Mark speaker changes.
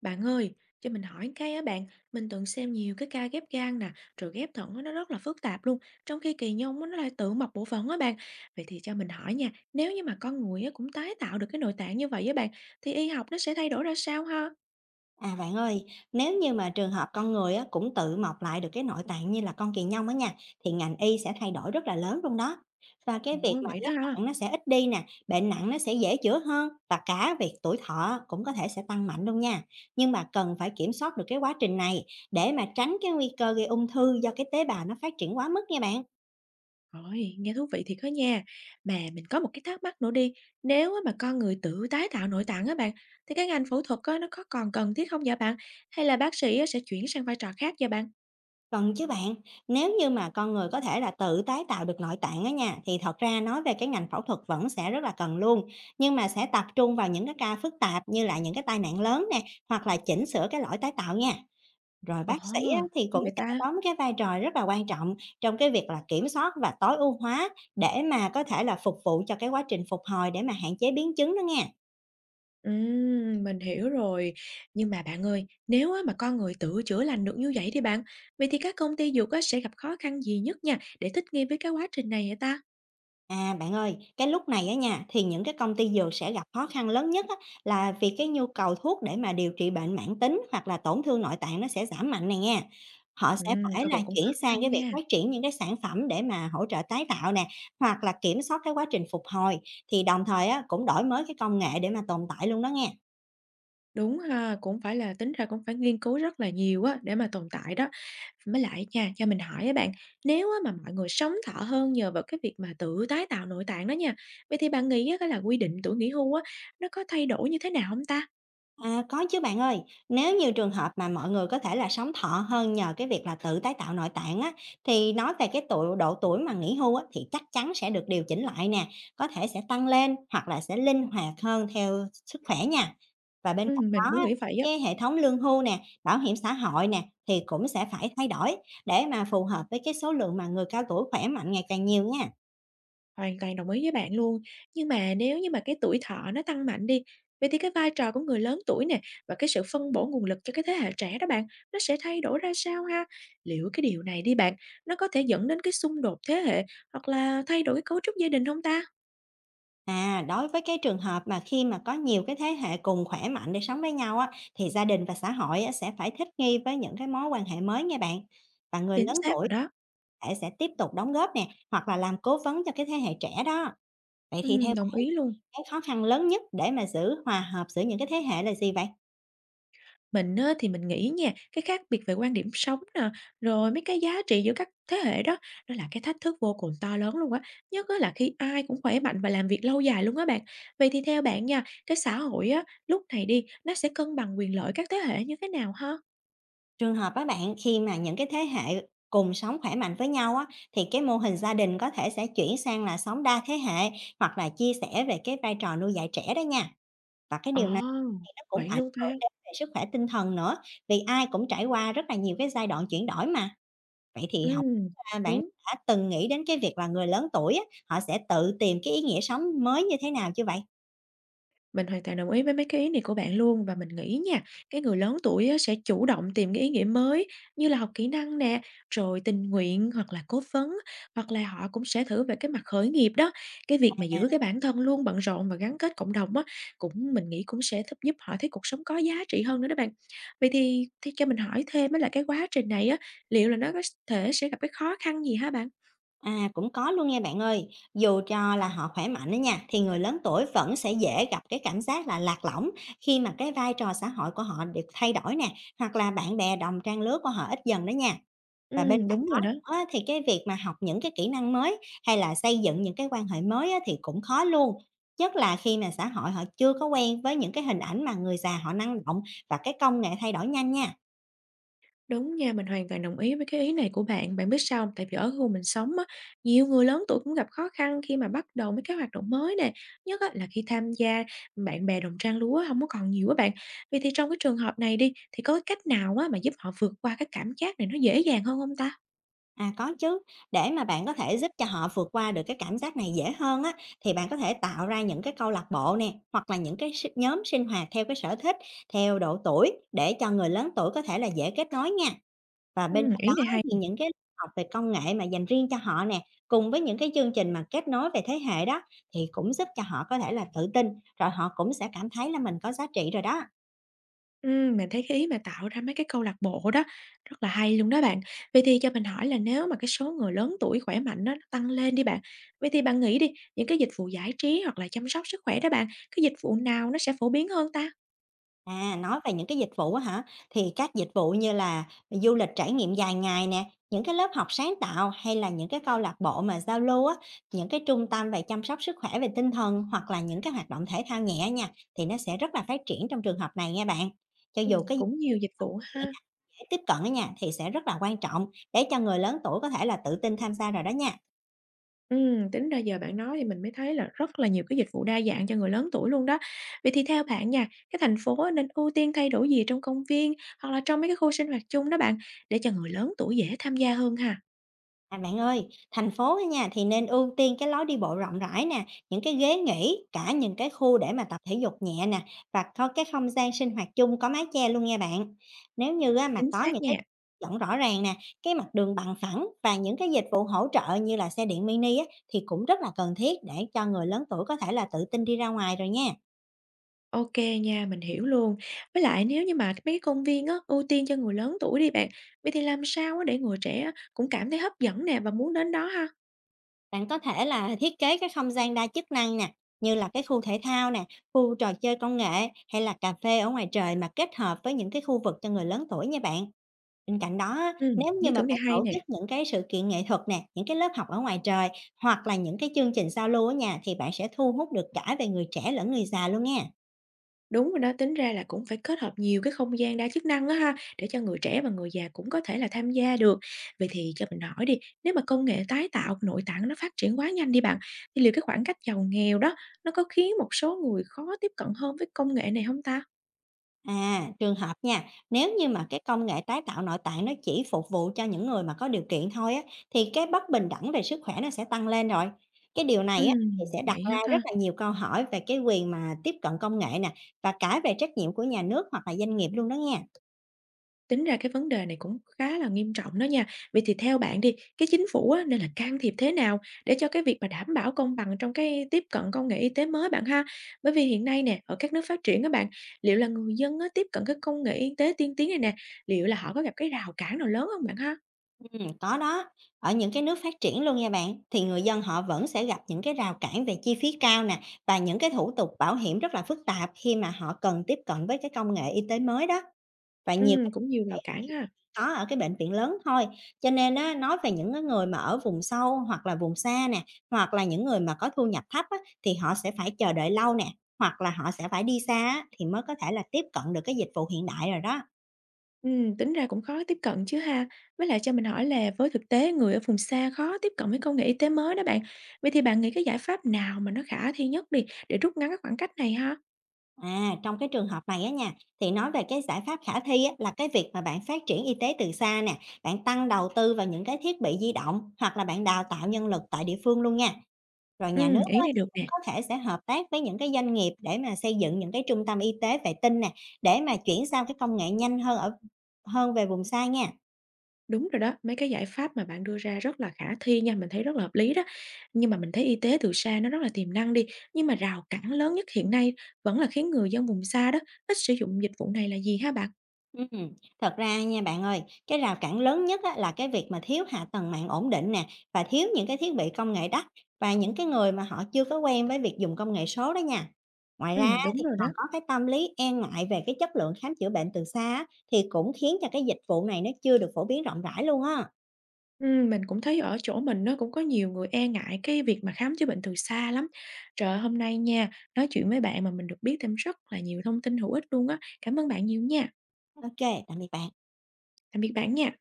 Speaker 1: Bạn ơi, cho mình hỏi cái á bạn, mình từng xem nhiều cái ca ghép gan nè, rồi ghép thận á, nó rất là phức tạp luôn, trong khi kỳ nhông á, nó lại tự mọc bộ phận á bạn. Vậy thì cho mình hỏi nha, nếu như mà con người á, cũng tái tạo được cái nội tạng như vậy á bạn, thì y học nó sẽ thay đổi ra sao ha?
Speaker 2: À, bạn ơi, nếu như mà trường hợp con người á, cũng tự mọc lại được cái nội tạng như là con Kiền Nhông á nha, thì ngành y sẽ thay đổi rất là lớn luôn đó. Và cái việc
Speaker 1: Ồ,
Speaker 2: mà
Speaker 1: vậy đó
Speaker 2: ghép
Speaker 1: ha.
Speaker 2: tạng nó sẽ ít đi nè, bệnh nặng nó sẽ dễ chữa hơn và cả việc tuổi thọ cũng có thể sẽ tăng mạnh luôn nha. Nhưng mà cần phải kiểm soát được cái quá trình này để mà tránh cái nguy cơ gây ung thư do cái tế bào nó phát triển quá mức nha bạn.
Speaker 1: Rồi, nghe thú vị thiệt đó nha. Mà mình có một cái thắc mắc nữa đi, nếu á, mà con người tự tái tạo nội tạng á bạn, thì cái ngành phẫu thuật á, nó có còn cần thiết không dạ bạn? Hay là bác sĩ á, sẽ chuyển sang vai trò khác dạ bạn?
Speaker 2: Cần chứ bạn, nếu như mà con người có thể là tự tái tạo được nội tạng á nha, thì thật ra nói về cái ngành phẫu thuật vẫn sẽ rất là cần luôn, nhưng mà sẽ tập trung vào những cái ca phức tạp như là những cái tai nạn lớn nè, hoặc là chỉnh sửa cái lỗi tái tạo nha. Rồi
Speaker 1: Ồ,
Speaker 2: bác sĩ á, thì
Speaker 1: như
Speaker 2: cũng
Speaker 1: vậy
Speaker 2: sẽ
Speaker 1: ta?
Speaker 2: đóng cái vai trò rất là quan trọng trong cái việc là kiểm soát và tối ưu hóa để mà có thể là phục vụ cho cái quá trình phục hồi để mà hạn chế biến chứng đó nha.
Speaker 1: Mình hiểu rồi. Nhưng mà bạn ơi, nếu á mà con người tự chữa lành được như vậy thì bạn, vậy thì các công ty dược á sẽ gặp khó khăn gì nhất nha để thích nghi với cái quá trình này hả ta?
Speaker 2: À, bạn ơi, cái lúc này á nha, thì những cái công ty dược sẽ gặp khó khăn lớn nhất á, là vì cái nhu cầu thuốc để mà điều trị bệnh mãn tính hoặc là tổn thương nội tạng nó sẽ giảm mạnh này nha. Họ sẽ phải
Speaker 1: Coi
Speaker 2: là
Speaker 1: bộ cũng
Speaker 2: chuyển
Speaker 1: khó
Speaker 2: sang
Speaker 1: khăn
Speaker 2: cái việc
Speaker 1: nha.
Speaker 2: phát triển những cái sản phẩm để mà hỗ trợ tái tạo nè, hoặc là kiểm soát cái quá trình phục hồi, thì đồng thời á, cũng đổi mới cái công nghệ để mà tồn tại luôn đó nghe.
Speaker 1: Đúng ha, cũng phải là tính ra cũng phải nghiên cứu rất là nhiều á để mà tồn tại đó. Mới lại nha, cho mình hỏi á bạn, nếu á mà mọi người sống thọ hơn nhờ vào cái việc mà tự tái tạo nội tạng đó nha, vậy thì bạn nghĩ á cái là quy định tuổi nghỉ hưu á, nó có thay đổi như thế nào không ta?
Speaker 2: À, có chứ bạn ơi, nếu như trường hợp mà mọi người có thể là sống thọ hơn nhờ cái việc là tự tái tạo nội tạng á, thì nói về cái tuổi độ tuổi mà nghỉ hưu á, thì chắc chắn sẽ được điều chỉnh lại nè, có thể sẽ tăng lên hoặc là sẽ linh hoạt hơn theo sức khỏe nha. Và bên cạnh
Speaker 1: Mình
Speaker 2: đó
Speaker 1: cũng
Speaker 2: á,
Speaker 1: nghĩ
Speaker 2: thì
Speaker 1: vậy á.
Speaker 2: cái hệ thống lương hưu nè, bảo hiểm xã hội nè thì cũng sẽ phải thay đổi để mà phù hợp với cái số lượng mà người cao tuổi khỏe mạnh ngày càng nhiều nha.
Speaker 1: Hoàn toàn đồng ý với bạn luôn. Nhưng mà nếu như mà cái tuổi thọ nó tăng mạnh đi, vậy thì cái vai trò của người lớn tuổi nè và cái sự phân bổ nguồn lực cho cái thế hệ trẻ đó bạn, nó sẽ thay đổi ra sao ha? Liệu cái điều này đi bạn, nó có thể dẫn đến cái xung đột thế hệ hoặc là thay đổi cái cấu trúc gia đình hông ta?
Speaker 2: À, đối với cái trường hợp mà khi mà có nhiều cái thế hệ cùng khỏe mạnh để sống với nhau á, thì gia đình và xã hội á, sẽ phải thích nghi với những cái mối quan hệ mới nha bạn. Và người
Speaker 1: Chính
Speaker 2: lớn
Speaker 1: xác
Speaker 2: tuổi
Speaker 1: rồi đó.
Speaker 2: thể sẽ tiếp tục đóng góp nè, hoặc là làm cố vấn cho cái thế hệ trẻ đó. Vậy thì theo
Speaker 1: Đồng
Speaker 2: bạn,
Speaker 1: ý luôn.
Speaker 2: cái khó khăn lớn nhất để mà giữ hòa hợp giữa những cái thế hệ là gì vậy?
Speaker 1: Mình á, thì mình nghĩ nha, cái khác biệt về quan điểm sống nè, rồi mấy cái giá trị giữa các thế hệ đó, đó là cái thách thức vô cùng to lớn luôn á. Nhất á, là khi ai cũng khỏe mạnh và làm việc lâu dài luôn á bạn. Vậy thì theo bạn nha, cái xã hội á, lúc này đi, nó sẽ cân bằng quyền lợi các thế hệ như thế nào ha?
Speaker 2: Trường hợp á bạn, khi mà những cái thế hệ cùng sống khỏe mạnh với nhau á, thì cái mô hình gia đình có thể sẽ chuyển sang là sống đa thế hệ hoặc là chia sẻ về cái vai trò nuôi dạy trẻ đó nha. Và cái
Speaker 1: Ồ,
Speaker 2: điều này thì nó cũng
Speaker 1: vậy
Speaker 2: ảnh
Speaker 1: luôn
Speaker 2: hưởng
Speaker 1: ta.
Speaker 2: đến về sức khỏe tinh thần nữa, vì ai cũng trải qua rất là nhiều cái giai đoạn chuyển đổi mà. Vậy thì
Speaker 1: Ừ,
Speaker 2: hổng biết là bạn
Speaker 1: đúng.
Speaker 2: đã từng nghĩ đến cái việc là người lớn tuổi á, họ sẽ tự tìm cái ý nghĩa sống mới như thế nào chưa vậy?
Speaker 1: Mình hoàn toàn đồng ý với mấy cái ý này của bạn luôn và mình nghĩ nha, cái người lớn tuổi á sẽ chủ động tìm cái ý nghĩa mới như là học kỹ năng nè, rồi tình nguyện hoặc là cố vấn, hoặc là họ cũng sẽ thử về cái mặt khởi nghiệp đó. Cái việc mà
Speaker 2: À.
Speaker 1: giữ cái bản thân luôn bận rộn và gắn kết cộng đồng á, cũng mình nghĩ cũng sẽ thúc giúp họ thấy cuộc sống có giá trị hơn nữa đó bạn. Vậy thì cho mình hỏi thêm á là cái quá trình này á, liệu là nó có thể sẽ gặp cái khó khăn gì hả bạn?
Speaker 2: À, cũng có luôn nha bạn ơi. Dù cho là họ khỏe mạnh đó nha, thì người lớn tuổi vẫn sẽ dễ gặp cái cảm giác là lạc lõng khi mà cái vai trò xã hội của họ được thay đổi nè, hoặc là bạn bè đồng trang lứa của họ ít dần đó nha. Và bên cạnh
Speaker 1: Đúng
Speaker 2: đó
Speaker 1: rồi đó.
Speaker 2: nữa, thì cái việc mà học những cái kỹ năng mới hay là xây dựng những cái quan hệ mới á, thì cũng khó luôn. Nhất là khi mà xã hội họ chưa có quen với những cái hình ảnh mà người già họ năng động và cái công nghệ thay đổi nhanh nha.
Speaker 1: Đúng nha, mình hoàn toàn đồng ý với cái ý này của bạn. Bạn biết sao không? Tại vì ở khu mình sống á, nhiều người lớn tuổi cũng gặp khó khăn khi mà bắt đầu mấy cái hoạt động mới nè, nhất á là khi tham gia bạn bè đồng trang lứa không có còn nhiều á bạn. Vậy thì trong cái trường hợp này đi, thì có cái cách nào á mà giúp họ vượt qua cái cảm giác này nó dễ dàng hơn không ta?
Speaker 2: À, có chứ. Để mà bạn có thể giúp cho họ vượt qua được cái cảm giác này dễ hơn á, thì bạn có thể tạo ra những cái câu lạc bộ nè, hoặc là những cái nhóm sinh hoạt theo cái sở thích, theo độ tuổi để cho người lớn tuổi có thể là dễ kết nối nha. Và bên cạnh đó
Speaker 1: Ý này hay.
Speaker 2: thì những cái học về công nghệ mà dành riêng cho họ nè, cùng với những cái chương trình mà kết nối về thế hệ đó, thì cũng giúp cho họ có thể là tự tin, rồi họ cũng sẽ cảm thấy là mình có giá trị rồi đó.
Speaker 1: Mình thấy cái ý mà tạo ra mấy cái câu lạc bộ đó rất là hay luôn đó bạn. Vậy thì cho mình hỏi là nếu mà cái số người lớn tuổi khỏe mạnh á, nó tăng lên đi bạn, vậy thì bạn nghĩ đi, những cái dịch vụ giải trí hoặc là chăm sóc sức khỏe đó bạn, cái dịch vụ nào nó sẽ phổ biến hơn ta?
Speaker 2: À, nói về những cái dịch vụ á hả? Thì các dịch vụ như là du lịch trải nghiệm dài ngày nè, những cái lớp học sáng tạo hay là những cái câu lạc bộ mà giao lưu á, những cái trung tâm về chăm sóc sức khỏe về tinh thần hoặc là những cái hoạt động thể thao nhẹ nha, thì nó sẽ rất là phát triển trong trường hợp này nha bạn. Cho dù cái gì
Speaker 1: Cũng nhiều dịch vụ ha.
Speaker 2: dễ tiếp cận á nha, thì sẽ rất là quan trọng để cho người lớn tuổi có thể là tự tin tham gia rồi đó nha.
Speaker 1: Tính ra giờ bạn nói thì mình mới thấy là rất là nhiều cái dịch vụ đa dạng cho người lớn tuổi luôn đó. Vậy thì theo bạn nha, cái thành phố nên ưu tiên thay đổi gì trong công viên hoặc là trong mấy cái khu sinh hoạt chung đó bạn, để cho người lớn tuổi dễ tham gia hơn ha?
Speaker 2: À, bạn ơi, thành phố á nha thì nên ưu tiên cái lối đi bộ rộng rãi nè, những cái ghế nghỉ, cả những cái khu để mà tập thể dục nhẹ nè và có cái không gian sinh hoạt chung có mái che luôn nha bạn. Nếu như á, mà
Speaker 1: Chính
Speaker 2: có
Speaker 1: xác
Speaker 2: những cái
Speaker 1: nha.
Speaker 2: dẫn rõ ràng nè, cái mặt đường bằng phẳng và những cái dịch vụ hỗ trợ như là xe điện mini á, thì cũng rất là cần thiết để cho người lớn tuổi có thể là tự tin đi ra ngoài rồi nha.
Speaker 1: OK nha, mình hiểu luôn. Với lại nếu như mà mấy cái công viên á, ưu tiên cho người lớn tuổi đi bạn, vậy thì làm sao á để người trẻ á cũng cảm thấy hấp dẫn nè và muốn đến đó ha?
Speaker 2: Bạn có thể là thiết kế cái không gian đa chức năng nè, như là cái khu thể thao nè, khu trò chơi công nghệ hay là cà phê ở ngoài trời mà kết hợp với những cái khu vực cho người lớn tuổi nha bạn. Bên cạnh đó á,
Speaker 1: Ừ,
Speaker 2: nếu như
Speaker 1: ý
Speaker 2: mà
Speaker 1: tưởng này
Speaker 2: bạn
Speaker 1: hay
Speaker 2: tổ chức
Speaker 1: nè.
Speaker 2: những cái sự kiện nghệ thuật nè, những cái lớp học ở ngoài trời hoặc là những cái chương trình giao lưu ở nhà thì bạn sẽ thu hút được cả về người trẻ lẫn người già luôn nha.
Speaker 1: Đúng rồi đó, tính ra là cũng phải kết hợp nhiều cái không gian đa chức năng á ha, để cho người trẻ và người già cũng có thể là tham gia được. Vậy thì cho mình hỏi đi, nếu mà công nghệ tái tạo nội tạng nó phát triển quá nhanh đi bạn, thì liệu cái khoảng cách giàu nghèo đó nó có khiến một số người khó tiếp cận hơn với công nghệ này không ta?
Speaker 2: À, trường hợp nha, nếu như mà cái công nghệ tái tạo nội tạng nó chỉ phục vụ cho những người mà có điều kiện thôi á, thì cái bất bình đẳng về sức khỏe nó sẽ tăng lên rồi. Cái điều
Speaker 1: Ừ,
Speaker 2: này á, thì sẽ đặt
Speaker 1: vậy
Speaker 2: ra
Speaker 1: hả
Speaker 2: rất
Speaker 1: ta?
Speaker 2: là nhiều câu hỏi về cái quyền mà tiếp cận công nghệ nè và cả về trách nhiệm của nhà nước hoặc là doanh nghiệp luôn đó nha.
Speaker 1: Tính ra cái vấn đề này cũng khá là nghiêm trọng đó nha. Vậy thì theo bạn đi, cái chính phủ á, nên là can thiệp thế nào để cho cái việc mà đảm bảo công bằng trong cái tiếp cận công nghệ y tế mới bạn ha? Bởi vì hiện nay nè, ở các nước phát triển các bạn, liệu là người dân á, tiếp cận cái công nghệ y tế tiên tiến này nè, liệu là họ có gặp cái rào cản nào lớn không bạn ha?
Speaker 2: Ừ, có đó. Ở những cái nước phát triển luôn nha bạn, thì người dân họ vẫn sẽ gặp những cái rào cản về chi phí cao nè và những cái thủ tục bảo hiểm rất là phức tạp khi mà họ cần tiếp cận với cái công nghệ y tế mới đó. Và nhiều
Speaker 1: Cũng nhiều rào cản ha.
Speaker 2: Có, ở cái bệnh viện lớn thôi, cho nên á, nói về những cái người mà ở vùng sâu hoặc là vùng xa nè, hoặc là những người mà có thu nhập thấp á, thì họ sẽ phải chờ đợi lâu nè, hoặc là họ sẽ phải đi xa á, thì mới có thể là tiếp cận được cái dịch vụ hiện đại rồi đó.
Speaker 1: Tính ra cũng khó tiếp cận chứ ha. Với lại cho mình hỏi là với thực tế người ở vùng xa khó tiếp cận với công nghệ y tế mới đó bạn. Vậy thì bạn nghĩ cái giải pháp nào mà nó khả thi nhất đi để rút ngắn cái khoảng cách này ha?
Speaker 2: À, trong cái trường hợp này á nha, thì nói về cái giải pháp khả thi á, là cái việc mà bạn phát triển y tế từ xa nè, bạn tăng đầu tư vào những cái thiết bị di động hoặc là bạn đào tạo nhân lực tại địa phương luôn nha. Rồi nhà nước
Speaker 1: Ý
Speaker 2: á,
Speaker 1: này
Speaker 2: thì
Speaker 1: được
Speaker 2: cũng
Speaker 1: nè.
Speaker 2: có thể sẽ hợp tác với những cái doanh nghiệp để mà xây dựng những cái trung tâm y tế vệ tinh nè, để mà chuyển sang cái công nghệ nhanh hơn ở hơn về vùng xa nha.
Speaker 1: Đúng rồi đó, mấy cái giải pháp mà bạn đưa ra rất là khả thi nha, mình thấy rất là hợp lý đó. Nhưng mà mình thấy y tế từ xa nó rất là tiềm năng đi, nhưng mà rào cản lớn nhất hiện nay vẫn là khiến người dân vùng xa đó, ít sử dụng dịch vụ này là gì ha bạn?
Speaker 2: Ừm, thật ra nha bạn ơi, cái rào cản lớn nhất á, là cái việc mà thiếu hạ tầng mạng ổn định nè và thiếu những cái thiết bị công nghệ đắt và những cái người mà họ chưa có quen với việc dùng công nghệ số đó nha. Ngoài ra
Speaker 1: Đúng
Speaker 2: thì
Speaker 1: rồi đó.
Speaker 2: còn có cái tâm lý e ngại về cái chất lượng khám chữa bệnh từ xa á, thì cũng khiến cho cái dịch vụ này nó chưa được phổ biến rộng rãi luôn á.
Speaker 1: Mình cũng thấy ở chỗ mình nó cũng có nhiều người e ngại cái việc mà khám chữa bệnh từ xa lắm. Trời ơi, hôm nay nha, nói chuyện với bạn mà mình được biết thêm rất là nhiều thông tin hữu ích luôn á. Cảm ơn bạn nhiều nha.
Speaker 2: Ok, tạm biệt bạn.
Speaker 1: Tạm biệt bạn nha.